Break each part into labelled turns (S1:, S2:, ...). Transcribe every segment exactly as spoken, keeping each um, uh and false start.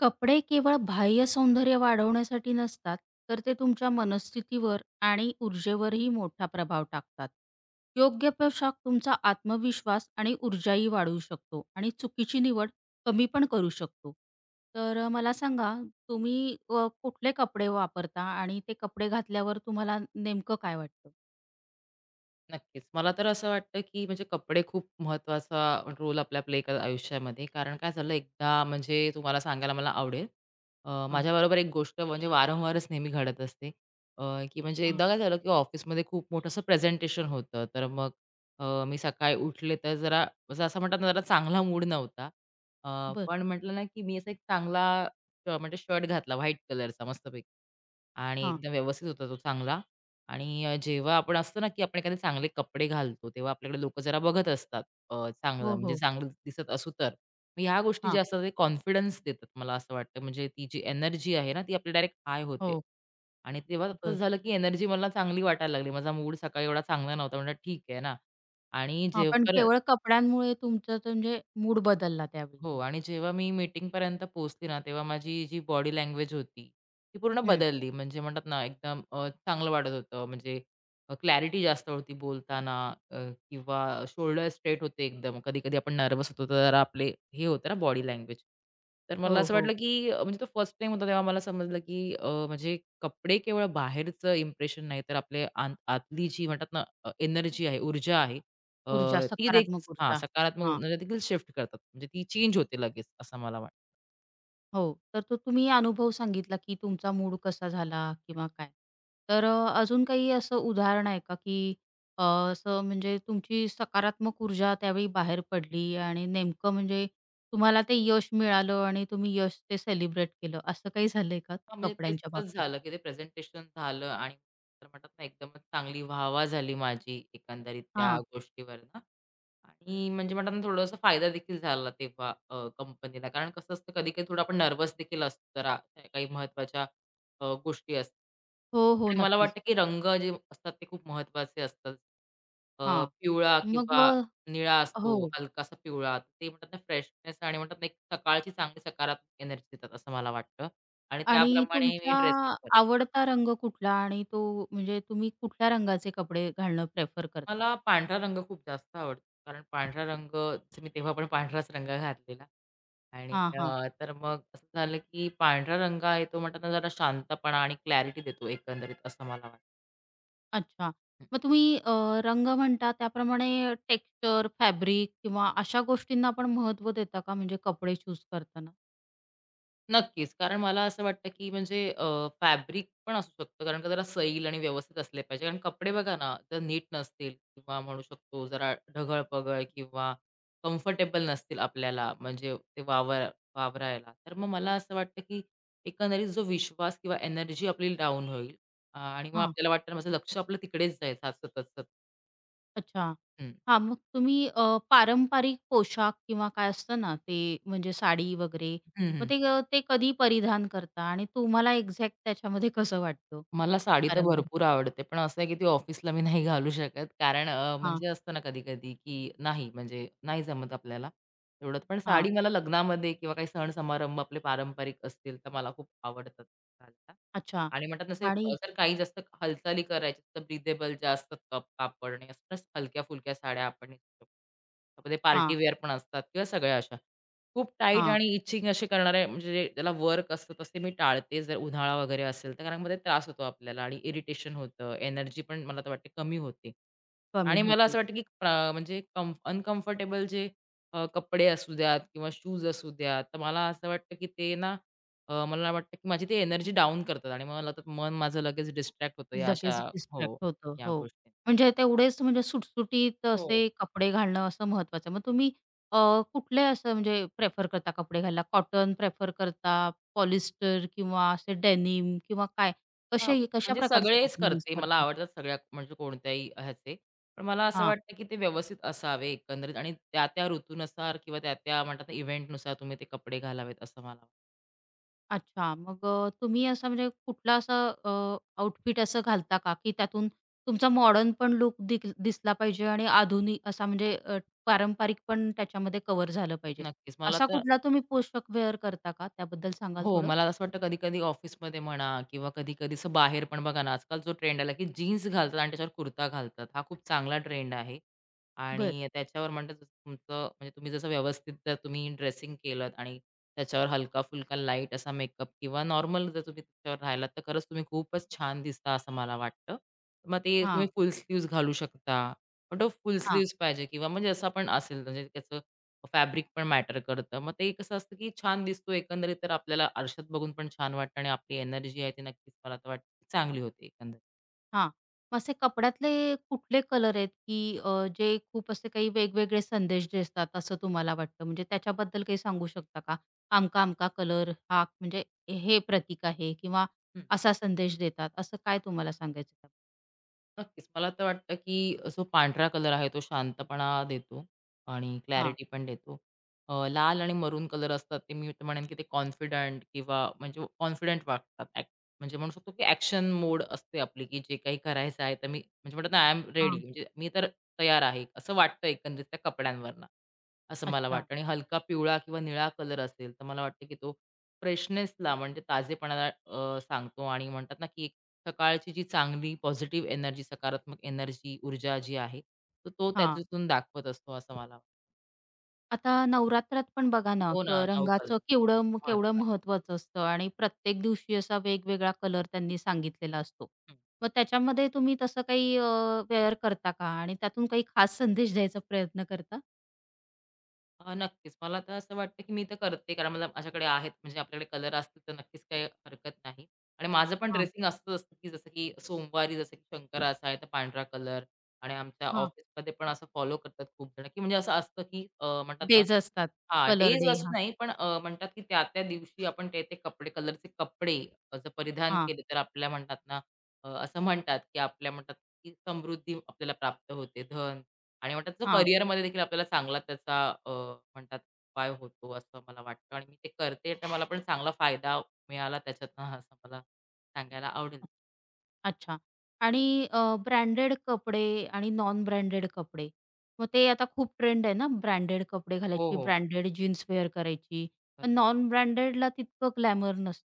S1: कपडे केवळ बाह्य सौंदर्य वाढवण्यासाठी नसतात, तर ते तुमच्या मनस्थितीवर आणि ऊर्जेवरही मोठा प्रभाव टाकतात. योग्य पोशाख तुमचा आत्मविश्वास आणि ऊर्जाही वाढवू शकतो आणि चुकीची निवड कमी पण करू शकतो. तर अ, मला सांगा, तुम्ही अ, कुठले कपडे वापरता आणि ते कपडे घातल्यावर तुम्हाला नेमकं काय वाटतं?
S2: नक्कीच. मला तर असं वाटतं, की म्हणजे कपडे खूप महत्त्वाचा रोल आपला प्ले करतात आयुष्यामध्ये. कारण काय झालं एकदा म्हणजे तुम्हाला सांगायला मला आवडेल. अ,
S1: हां,
S2: माझ्याबरोबर एक गोष्ट म्हणजे वारंवारच नेहमी घडत असते. अ, की म्हणजे
S1: हां.
S2: एकदा काय झालं, की ऑफिसमध्ये खूप मोठं असं प्रेझेंटेशन होतं. तर मग अ, मी सकाळी उठले तर जरा जर असं म्हणतात ना, जरा चांगला मूड नव्हता. अ,
S1: बरं.
S2: पण म्हटलं ना, की मी असा एक चांगला अ, म्हणजे शर्ट घातला व्हाईट कलरचा मस्तपैकी आणि
S1: हां.
S2: एकदम व्यवस्थित होता तो चांगला. आणि अ, जेव्हा आपण असतो ना, की आपण एखादे चांगले कपडे घालतो, तेव्हा आपल्याकडे लोकं जरा बघत असतात. अ, चांगलं
S1: हो,
S2: म्हणजे
S1: हो.
S2: चांगलं दिसत असू तर. मग ह्या गोष्टी
S1: हां.
S2: ज्या असतात ते कॉन्फिडन्स देतात मला असं वाटतं. म्हणजे ती जी एनर्जी आहे ना, ती आपली डायरेक्ट हाय होते.
S1: हो.
S2: आणि तेव्हा असं
S1: बरं.
S2: झालं, की एनर्जी मला चांगली वाटायला लागली. माझा मूड सकाळी एवढा चांगला नव्हता. म्हणलं ठीक आहे ना. आणि
S1: हां, पण
S2: जेव्हा
S1: केवळ कपड्यांमुळे तुमचं म्हणजे मूड बदलला त्यावेळी
S2: हो,
S1: म्हणा.
S2: आणि जेव्हा मी मीटिंगपर्यंत पोहोचली ना, तेव्हा माझी जी बॉडी लँग्वेज होती, ती पूर्ण बदलली. म्हणजे म्हणतात ना, एकदम अ, चांगलं वाटत होतं. म्हणजे अ, क्लॅरिटी जास्त होती बोलताना. अ, किंवा शोल्डर स्ट्रेट होते एकदम. कधी-कधी आपण नर्व्हस होतो, तर जरा आपले हे होतं ना बॉडी लँग्वेज. तर मला
S1: हो,
S2: असं
S1: हो.
S2: वाटलं की अ, म्हणजे तो फर्स्ट टाईम होता, तेव्हा मला समजलं की अ, म्हणजे कपडे केवळ बाहेरचं इम्प्रेशन नाही, तर आपले आंत आतली जी म्हणतात ना, एनर्जी आहे, ऊर्जा आहे,
S1: ऊर्जा,
S2: अ, ती देखील
S1: सकारात्मक
S2: हां,
S1: ऊर्जा.
S2: सकारात्मक
S1: हां.
S2: ऊर्जा देखील शिफ्ट करतात. म्हणजे ती चेंज होते लगेच असं मला वाटतं.
S1: हो. तर तो तुम्ही अनुभव सांगितला, की तुमचा मूड कसा झाला
S2: हं.
S1: किंवा काय. तर अ, अजून काही असं उदाहरण आहे का, की अ, असं म्हणजे तुमची सकारात्मक ऊर्जा त्यावेळी बाहेर पडली आणि नेमकं म्हणजे तुम्हाला ते यश मिळालं आणि तुम्ही यश ते सेलिब्रेट केलं, असं काही झालंय का
S2: हां, म्हणजे तेच
S1: कपड्यांच्या
S2: तसंच
S1: बाबतीत?
S2: झालं, की ते प्रेझेंटेशन झालं आणि तर म्हणतात ना एकदमच चांगली वाह-वाह झाली माझी एकंदरीत त्या
S1: हां.
S2: गोष्टीवर ना. आणि म्हणजे म्हणतात ना थोडासा फायदा देखील झाला तेव्हा अ, कंपनीला. कारण कसं असतं कधी-कधी थोडं आपण नर्व्हस देखील असतो जरा काही महत्त्वाच्या अ, गोष्टी असतात.
S1: हो, हो.
S2: आणि मला
S1: नक्कीच.
S2: वाटतं की रंग जे असतात ते खूप महत्त्वाचे असतात. अ,
S1: हां.
S2: पिवळा
S1: मग
S2: किंवा
S1: अ,
S2: निळा असतो,
S1: हो.
S2: हलकासा पिवळा. ते म्हणतात ना फ्रेशनेस आणि म्हणतात ना एक सकाळची चांगली सकारात्मक एनर्जी देतात असं मला वाटतं. आणि
S1: आणि
S2: त्याप्रमाणे मी
S1: तुमचा
S2: ड्रेसिंग करते.
S1: आवडता रंग कुठला आणि तो म्हणजे तुम्ही कुठल्या रंगाचे कपडे घालणं प्रेफर करता?
S2: मला पांढरा रंग खूप जास्त आवडतो. कारण पांढरा रंग जसं मी तेव्हा पण पांढराच रंग घातलेला आणि
S1: हां, हां.
S2: अ, तर मग असं झालं की पांढरा रंग आहे तो म्हणताना जरा शांतपणा आणि क्लॅरिटी देतो एकंदरीत असं मला वाटतं.
S1: अच्छा. मग तुम्ही अ, रंग म्हणता त्याप्रमाणे टेक्स्चर, फॅब्रिक किंवा अशा गोष्टींना पण महत्त्व देता का म्हणजे कपडे चूज करताना?
S2: नक्कीच. कारण मला असं वाटतं, की म्हणजे अ, फॅब्रिक पण असू शकतं. कारण का जरा सैल आणि व्यवस्थित असले पाहिजे. कारण कपडे बघा ना, जर नीट नसतील किंवा म्हणू शकतो जरा ढगळ-पगळ किंवा कम्फर्टेबल नसतील आपल्याला म्हणजे ते वावर वावरायला. तर मग मला असं वाटतं, की एकंदरीत जो विश्वास किंवा एनर्जी आपली डाउन होईल, आ, आणि मग
S1: हां,
S2: आपल्याला वाटतं माझं लक्ष आपलं तिकडेच जाईल सतत, सतत.
S1: अच्छा.
S2: हं.
S1: हां, मग तुम्ही अ, पारंपरिक पोशाख किंवा काय असतं ना ते म्हणजे साडी वगैरे,
S2: हं,
S1: मग
S2: हं.
S1: ते अ, ते कधी परिधान करता आणि तुम्हाला एक्झॅक्ट त्याच्यामध्ये कसं वाटतं?
S2: मला साडी तर
S1: पारंपरिक
S2: भरपूर आवडते. पण असं आहे, की ती ऑफिसला मी नाही घालू शकत. कारण अ,
S1: हां,
S2: म्हणजे असतं ना कधी-कधी, की नाही म्हणजे नाही जमत आपल्याला एवढं. पण
S1: हां.
S2: साडी मला लग्नामध्ये किंवा काही सण समारंभ आपले पारंपरिक असतील, तर मला खूप आवडतात घालायला.
S1: अच्छा.
S2: आणि म्हणतात तसे
S1: आणि
S2: जर काही जास्त हालचाली करायची तर ब्रिदेबल जास्त कप कापड आणि असं हलक्या-फुलक्या साड्या आपण नेसू शकतो. त्यामध्ये पार्टी
S1: हां,
S2: वेअर पण असतात किंवा सगळ्या अशा. खूप टाईट
S1: हां.
S2: आणि इचिंग असे करणारे म्हणजे जे त्याला वर्क असतं तसे मी टाळते जर उन्हाळा वगैरे असेल तर कारण मध्ये त्रास होतो आपल्याला आणि इरिटेशन होतं, एनर्जी पण मला तर वाटते कमी होते.
S1: कमी
S2: आणि मला
S1: होते.
S2: असं वाटतं की प्रा म्हणजे अनकम्फर्टेबल जे अ, कपडे असू द्यात किंवा शूज असू द्यात, तर मला असं वाटतं की ते ना अ, मला वाटतं की माझी ती एनर्जी डाउन करतात आणि मला तर मन माझं लगेच डिस्ट्रॅक्ट होतं या अशा
S1: लगेच डिस्ट्रॅक्ट
S2: हो,
S1: होतं.
S2: या
S1: हो.
S2: गोष्टी.
S1: म्हणजे तेवढेच म्हणजे सुटसुटीत
S2: हो.
S1: असे कपडे घालणं असं महत्वाचं मग तुम्ही अ, कुठले असं म्हणजे प्रेफर करता कपडे घालायला? कॉटन प्रेफर करता, पॉलिस्टर किंवा असे डेनिम किंवा काय?
S2: हां,
S1: कसे कशा
S2: म्हणजे
S1: प्रकारचे
S2: सगळेच
S1: कपडे यूज
S2: करते. मला
S1: करता?
S2: आवडतात सगळ्या म्हणजे कोणत्याही ह्याचे. पण मला असं
S1: हां.
S2: वाटतं, की ते व्यवस्थित असावे एकंदरीत आणि त्या-त्या ऋतूनुसार किंवा त्या-त्या म्हणतात ना इव्हेंटनुसार तुम्ही ते कपडे घालावेत असं मला वाटतं.
S1: अच्छा. मग अ, तुम्ही असा म्हणजे कुठला असा अ, आउटफिट असं घालता का, की त्यातून तुमचा मॉडर्न पण लूक दिसला पाहिजे आणि आधुनिक असा म्हणजे अ, पारंपरिक पण त्याच्यामध्ये कव्हर झालं पाहिजे.
S2: नक्कीच. मला
S1: असा
S2: तर
S1: कुठला तुम्ही पोशाख वेअर करता का? त्याबद्दल सांगाल
S2: हो,
S1: थोडं?
S2: मला असं वाटतं कधी-कधी ऑफिसमध्ये म्हणा किंवा कधी-कधी असं बाहेर पण बघा ना, आजकाल जो ट्रेंड आला, की जीन्स घालतात आणि त्याच्यावर कुर्ता घालतात. हा खूप चांगला ट्रेंड आहे
S1: बरं.
S2: आणि त्याच्यावर म्हणतात जसं तुमचं म्हणजे तुम्ही जसं व्यवस्थित जर तुम्ही ड्रेसिंग केलत आणि त्याच्यावर हलका-फुलका लाईट असा मेकअप किंवा नॉर्मल जर तुम्ही त्याच्यावर राहिलात, तर खरंच तुम्ही खूपच छान दिसता असं मला वाटतं. मग ते
S1: हां,
S2: तुम्ही फुल स्लीव्हज घालू शकता. पण तो फुल
S1: हां.
S2: स्लीव्हज पाहिजे किंवा म्हणजे असं आपण असेल म्हणजे त्याचं फॅब्रिक पण मॅटर करतं. मग ते कसं असतं, की छान दिसतो एकंदरीत तर आपल्याला आरशात बघून पण छान वाटतं आणि आपली एनर्जी आहे ती नक्कीच मला तर वाटतं की चांगली होते एकंदरीत.
S1: हां. मग असे कपड्यातले कुठले कलर आहेत, की अ, जे खूप असे काही वेगवेगळे संदेश देतात असं तुम्हाला वाटतं? म्हणजे त्याच्याबद्दल काही सांगू शकता का? अमका-अमका कलर हा म्हणजे हे प्रतीक आहे किंवा
S2: हं.
S1: असा संदेश देतात, असं काय तुम्हाला सांगायचं?
S2: नक्कीच. मला तर वाटतं, की जो पांढरा कलर आहे तो शांतपणा देतो आणि
S1: हां,
S2: क्लॅरिटी पण देतो. अ, लाल आणि मरून कलर असतात ते मी तर म्हणेन, की ते कॉन्फिडंट किंवा म्हणजे कॉन्फिडंट वाटतात. ॲक म्हणजे म्हणू शकतो, की ॲक्शन मोड असते आपली, की जे काही करायचं आहे तर मी म्हणजे म्हणतात आय एम रेडी
S1: हां.
S2: म्हणजे मी तर तयार आहे. असं वाटतं एकंदरीत त्या कपड्यांवरनं, असं मला
S1: अच्छा.
S2: वाटतं. आणि हलका पिवळा किंवा निळा कलर असेल तर मला वाटतं, की तो फ्रेशनेसला म्हणजे ताजेपणाला अ, सांगतो आणि म्हणतात ना, की सकाळची जी चांगली पॉझिटिव्ह एनर्जी, सकारात्मक एनर्जी, ऊर्जा जी आहे, तर तो
S1: हां.
S2: त्याच्यातून दाखवत असतो असं मला वाटतं.
S1: आता नवरात्रात पण बघा ना,
S2: हो ना,
S1: क रंगाचं
S2: नवकळतं.
S1: केवढं म- केवढं
S2: महत्व आहे.
S1: महत्त्वाचं असतं आणि प्रत्येक दिवशी असा वेगवेगळा कलर त्यांनी सांगितलेला असतो.
S2: हं.
S1: मग त्याच्यामध्ये तुम्ही तसं काही अ, वेअर करता का? आणि त्यातून काही खास संदेश द्यायचा प्रयत्न करता?
S2: अ, नक्कीच. मला तर असं वाटतं, की मी तर करते कारण मला माझ्याकडे आहेत म्हणजे आपल्याकडे कलर असतील तर नक्कीच काही हरकत नाही. आणि माझं पण
S1: हां,
S2: ड्रेसिंग असंच असतं, की जसं की सोमवारी जसं की शंकराचा आहे तर पांढरा कलर. आणि आमच्या
S1: हां.
S2: ऑफिसमध्ये पण असं फॉलो करतात खूप जण, की म्हणजे असं असतं, की अ, म्हणतात ना
S1: डेज असतात.
S2: हां,
S1: कलर
S2: डेज
S1: डे.
S2: असं
S1: हा
S2: नाही, पण अ, म्हणतात की त्या-त्या दिवशी आपण ते-ते कपडे कलरचे कपडे अ, जर परिधान
S1: हां,
S2: केले, तर आपल्या म्हणतात ना, अ, असं म्हणतात की आपल्या म्हणतात की समृद्धी आपल्याला प्राप्त होते, धन आणि म्हणतात जो करिअरमध्ये देखील आपल्याला चांगला त्याचा अ, म्हणतात उपाय होतो, असं मला वाटतं आणि मी ते करते, तर मला पण चांगला फायदा मिळाला त्याच्यातनं, असं मला सांगायला आवडेल.
S1: अच्छा. आणि अ, ब्रँडेड कपडे आणि नॉन ब्रँडेड कपडे. मग ते आता खूप ट्रेंड आहे ना, ब्रँडेड कपडे
S2: हो,
S1: घालायची,
S2: हो.
S1: ब्रँडेड जीन्स वेअर करायची. पण
S2: बरोबर.
S1: नॉन ब्रँडेडला तितकं ग्लॅमर नसतं.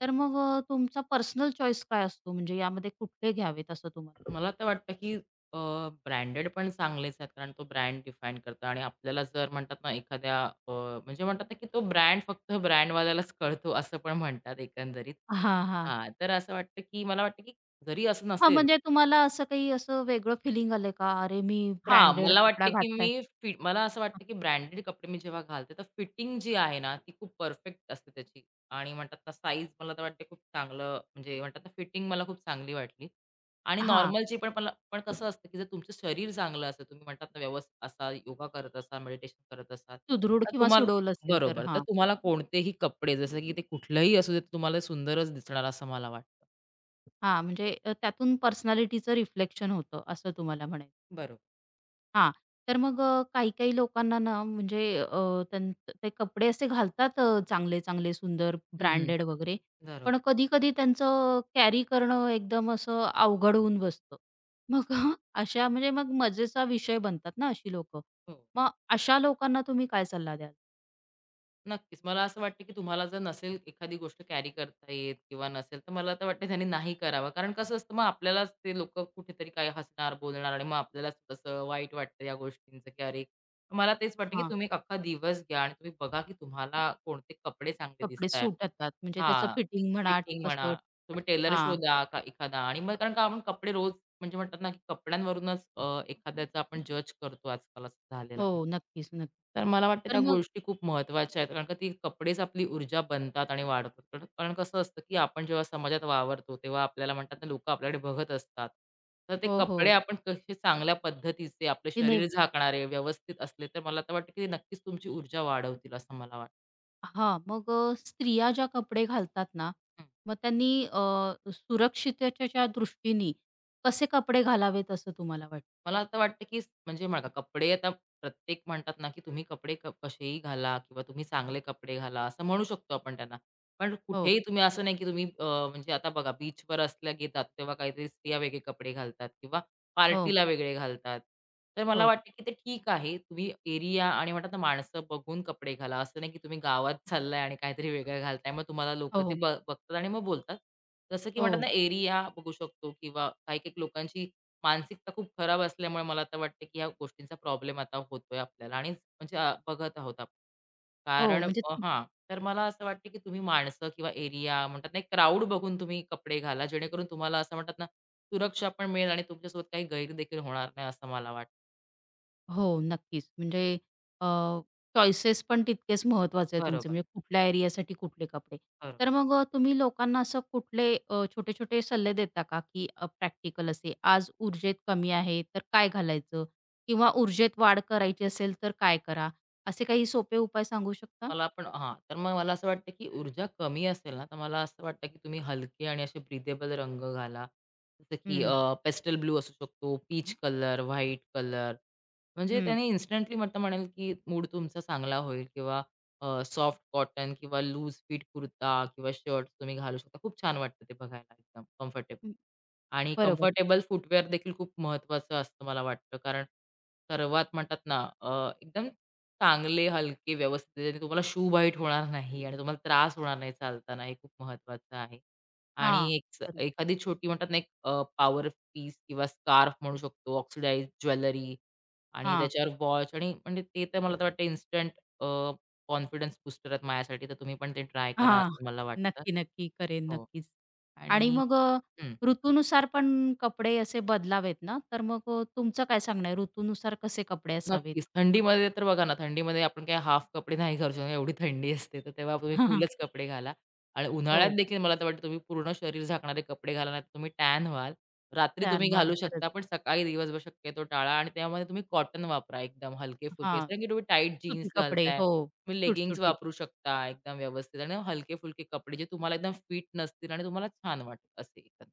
S1: तर मग अ, तुमचा पर्सनल चॉईस काय असतो? म्हणजे यामध्ये कुठले घ्यावेत असं तुम्हाला?
S2: मला तर वाटतं की अ, ब्रँडेड पण चांगलेच आहेत कारण तो ब्रँड डिफाईन करतो आणि आपल्याला जर म्हणतात ना एखाद्या अ, म्हणजे म्हणतात ना की तो ब्रँड फक्त ब्रँडवाल्यालाच कळतो असं पण म्हणतात एकंदरीत.
S1: हां, हां.
S2: हां, तर असं वाटतं की मला वाटतं की जरी असं
S1: हां,
S2: नसेल,
S1: म्हणजे तुम्हाला असं काही असं वेगळं फिलिंग आलंय का? अरे, मी
S2: हां,
S1: ब्रँडेड
S2: मला
S1: कपडा
S2: वाटतं, की मी
S1: घातलाय.
S2: फि मला असं वाटतं, की ब्रँडेड कपडे मी जेव्हा घालते, तर फिटिंग जी आहे ना, ती खूप परफेक्ट असते त्याची आणि म्हणतात ना, साईज मला तर वाटते खूप चांगलं म्हणजे म्हणतात ना, फिटिंग मला खूप चांगली वाटली आणि
S1: हां,
S2: नॉर्मलची पण मला पण कसं असतं, की जर तुमचं शरीर चांगलं असेल, तुम्ही म्हणतात ना, व्यवस्थित असाल, योगा करत असाल, मेडिटेशन करत असाल,
S1: सुदृढ
S2: तर
S1: किंवा
S2: तुम्हाला
S1: सुडवलं असेल तर.
S2: बरोबर. तर
S1: हां,
S2: तुम्हाला कोणतेही कपडे, जसं की ते कुठलंही असू दे, ते तुम्हाला सुंदरच दिसणार असं मला वाटतं.
S1: हां. म्हणजे अ, त्यातून पर्सनॅलिटीचं रिफ्लेक्शन होतं असं तुम्हाला म्हणायचं.
S2: बरोबर.
S1: हां. तर मग अ, काही-काही लोकांना ना म्हणजे अ, त्यां ते कपडे असे घालतात अ, चांगले-चांगले सुंदर
S2: हं, हं.
S1: ब्रँडेड वगैरे. पण
S2: बरोबर.
S1: कधी-कधी त्यांचं कॅरी करणं एकदम असं अवघड होऊन बसतं. मग अ, अशा म्हणजे मग मजेचा विषय बनतात ना अशी लोकं.
S2: हो.
S1: मग अशा लोकांना तुम्ही काय सल्ला द्याल?
S2: नक्कीच. मला असं वाटतं, की तुम्हाला जर नसेल एखादी गोष्ट कॅरी करता येत किंवा नसेल, तर मला तर वाटतं त्यांनी नाही करावं. कारण कसं असतं मग आपल्यालाच ते लोकं कुठेतरी काय हसणार, बोलणार आणि मग आपल्यालाच थोडंसं वाईट वाटतं या गोष्टींचं, की अरे मला तेच वाटतं, की
S1: हां.
S2: तुम्ही एक अख्खा दिवस घ्या आणि तुम्ही बघा, की तुम्हाला कोणते कपडे चांगले
S1: कपडे
S2: दिसताय.
S1: सूट येतात म्हणजे त्याचं
S2: हां,
S1: फिटिंग म्हणा
S2: फिटिंग म्हणा,
S1: कसं
S2: तुम्ही टेलर
S1: हां.
S2: शोधा का एखादा आणि मग कारण का आपण कपडे रोज म्हणजे म्हणतात ना, की कपड्यांवरूनच अ, एखाद्याचा आपण जज करतो आजकाल असं झालेलं आहे.
S1: हो. नक्कीच, नक्कीच.
S2: तर मला वाटतं
S1: तर
S2: त्या
S1: मग
S2: गोष्टी खूप महत्त्वाच्या आहेत. कारण का ती कपडेच आपली ऊर्जा बनतात आणि वाढवतात. कारण कारण कसं असतं, की आपण जेव्हा समाजात वावरतो, तेव्हा आपल्याला म्हणतात ना, लोकं आपल्याकडे बघत असतात. तर ते
S1: हो,
S2: कपडे
S1: हो.
S2: आपण कसे चांगल्या पद्धतीचे, आपले
S1: ते
S2: शरीर झाकणारे, व्यवस्थित असले, तर मला तर वाटतं, की ते नक्कीच तुमची ऊर्जा वाढवतील असं मला वाटतं.
S1: हां, मग अ, स्त्रिया ज्या कपडे घालतात ना, मग त्यांनी अ, सुरक्षिततेच्या ज्या दृष्टीने कसे कपडे घालावेत असं तुम्हाला वाटतं?
S2: मला आता वाटतं की स- म्हणजे बघा कपडे आता प्रत्येक म्हणतात ना की तुम्ही कपडे क- कसेही घाला किंवा तुम्ही चांगले कपडे घाला असं म्हणू शकतो आपण त्यांना. पण
S1: हो,
S2: कुठेही तुम्ही असं नाही की तुम्ही अ, म्हणजे आता बघा बीचवर असल्या घेतात तेव्हा काहीतरी स्त्रिया वेगळे कपडे घालतात किंवा
S1: हो,
S2: पार्टीला वेगळे घालतात. तर मला
S1: हो,
S2: वाटतं की ते ठीक आहे. तुम्ही एरिया आणि म्हणतात ना माणसं बघून कपडे घाला. असं नाही की तुम्ही गावात चाललाय आणि काहीतरी वेगळं घालताय. मग तुम्हाला लोकं ते
S1: हो,
S2: ब बघतात आणि मग बोलतात. जसं की म्हणतात ना
S1: हो,
S2: एरिया बघू शकतो किंवा काही-काही लोकांची मानसिकता खूप खराब असल्यामुळे मला तर वाटतं, की ह्या गोष्टींचा प्रॉब्लेम आता होतोय आपल्याला आणि म्हणजे अ, बघत आहोत आपण.
S1: हो,
S2: कारण अ,
S1: म्हणजे
S2: हां, तर मला असं वाटतं, की तुम्ही माणसं किंवा एरिया म्हणतात ना, एक क्राउड बघून तुम्ही कपडे घाला, जेणेकरून तुम्हाला असं म्हणतात ना, सुरक्षा पण मिळेल आणि तुमच्यासोबत काही गैर देखील होणार नाही, असं मला वाटतं.
S1: हो, नक्कीच. म्हणजे अ, चॉईसेस पण तितकेच महत्त्वाचे आहे तुमचे,
S2: बरोबर,
S1: म्हणजे कुठल्या एरियासाठी कुठले कपडे.
S2: बरोबर.
S1: तर मग अ, तुम्ही लोकांना असं कुठले अ, छोटे-छोटे सल्ले देता का, की अ, प्रॅक्टिकल असे, आज ऊर्जेत कमी आहे, तर काय घालायचं? किंवा ऊर्जेत वाढ करायची असेल, तर काय करा? असे काही सोपे उपाय सांगू शकता?
S2: मला पण हां, तर मग मला असं वाटतं, की ऊर्जा कमी असेल ना, तर मला असं वाटतं, की तुम्ही हलके आणि असे ब्रीथेबल रंग घाला. जसं की
S1: हं,
S2: पेस्टल ब्लू असू शकतो, पीच कलर, व्हाईट कलर. म्हणजे
S1: हं.
S2: त्याने इन्स्टंटली म्हटलं म्हणेल, की मूड तुमचा चांगला होईल किंवा अ, सॉफ्ट कॉटन किंवा लूज फिट कुर्ता किंवा शर्ट तुम्ही घालू शकता. खूप छान वाटतं ते बघायला एकदम कम्फर्टेबल. आणि
S1: बरोबर.
S2: कम्फर्टेबल फुटवेअर देखील खूप महत्त्वाचं असतं मला वाटतं. कारण सर्वात म्हणतात ना, अ, एकदम चांगले, हलके, व्यवस्थित त्याच्याने तुम्हाला शू बाईट होणार नाही आणि तुम्हाला त्रास होणार नाही चालताना. हे खूप महत्वाचं आहे. आणि
S1: हां,
S2: एक स-
S1: बरोबर.
S2: एखादी छोटी म्हणतात ना, एक अ, पॉवर पीस किंवा स्कार्फ म्हणू शकतो, ऑक्सिडाइज्ड ज्वेलरी आणि
S1: हां.
S2: त्याच्यावर वॉच आणि म्हणजे ते तर मला तर वाटतं इन्स्टंट कॉन्फिडन्स बूस्टर आहेत माझ्यासाठी. तर तुम्ही पण ते ट्राय करा
S1: हां.
S2: असं मला वाटतं.
S1: नक्की, नक्की. करेन
S2: हो
S1: नक्कीच. आणि
S2: आणि
S1: मग अ,
S2: हं.
S1: ऋतूनुसार पण कपडे असे बदलावेत ना, तर मग अ, तुमचं काय सांगणं आहे ऋतूनुसार कसे कपडे असावेत?
S2: नक्कीच. थंडीमध्ये तर बघा ना, थंडीमध्ये आपण काही हाल्फ कपडे नाही घालू शकत, एवढी थंडी असते. तर तेव्हा तुम्ही फुलच कपडे घाला आणि उन्हाळ्यात
S1: हो.
S2: देखील मला तर वाटतं तुम्ही पूर्ण शरीर झाकणारे कपडे घाला, नाहीतर तुम्ही टॅन व्हाल. रात्री
S1: छान.
S2: तुम्ही
S1: मला
S2: घालू
S1: खरंच
S2: शकता, पण सकाळी दिवसभर शक्यतो टाळा आणि त्यामध्ये तुम्ही कॉटन वापरा एकदम हलके-फुलके.
S1: हां.
S2: कारण की तुम्ही टाईट
S1: सुती
S2: जीन्स
S1: कपडे.
S2: घालताय,
S1: हो.
S2: तुम्ही लेगिंग्ज
S1: सुटसुटीत.
S2: वापरू शकता एकदम व्यवस्थित आणि हलके-फुलके कपडे जे तुम्हाला एकदम फिट नसतील आणि तुम्हाला छान वाटतील असे एकंदरीत.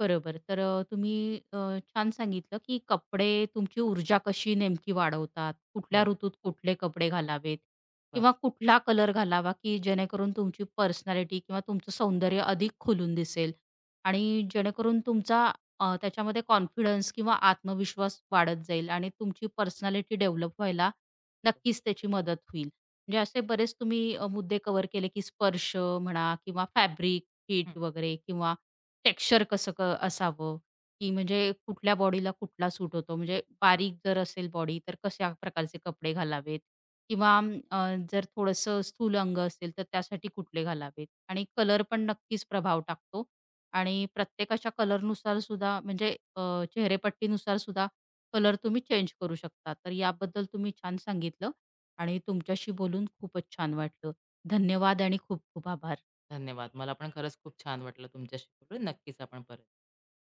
S1: बरोबर. तर अ, तुम्ही अ, छान सांगितलं, की कपडे तुमची ऊर्जा कशी नेमकी वाढवतात, कुठल्या
S2: हो,
S1: ऋतूत कुठले कपडे घालावेत किंवा
S2: बरोबर.
S1: कुठला कलर घालावा, की जेणेकरून तुमची पर्सनॅलिटी किंवा तुमचं सौंदर्य अधिक खुलून दिसेल आणि जेणेकरून तुमचा अ, त्याच्यामध्ये कॉन्फिडन्स किंवा आत्मविश्वास वाढत जाईल आणि तुमची पर्सनॅलिटी डेव्हलप व्हायला नक्कीच त्याची मदत होईल. म्हणजे असे बरेच तुम्ही अ, मुद्दे कव्हर केले, की स्पर्श म्हणा किंवा फॅब्रिक,
S2: हं.
S1: फिट वगैरे किंवा टेक्स्चर कसं क असावं? की म्हणजे कुठल्या बॉडीला कुठला सूट होतो? म्हणजे बारीक जर असेल बॉडी तर कशा प्रकारचे कपडे घालावेत? किंवा अम, अ, जर थोडंसं स्थूल अंग असेल तर त्यासाठी कुठले घालावेत? आणि कलर पण नक्कीच प्रभाव टाकतो आणि प्रत्येकाच्या कलरनुसार सुद्धा म्हणजे अ, चेहरेपट्टीनुसार सुद्धा कलर तुम्ही चेंज करू शकता. तर याबद्दल तुम्ही छान सांगितलं आणि तुमच्याशी बोलून खूपच छान वाटलं. धन्यवाद आणि खूप खूप आभार.
S2: धन्यवाद. मला पण खरंच खूप छान वाटलं तुमच्याशी बोलून. नक्कीच आपण परत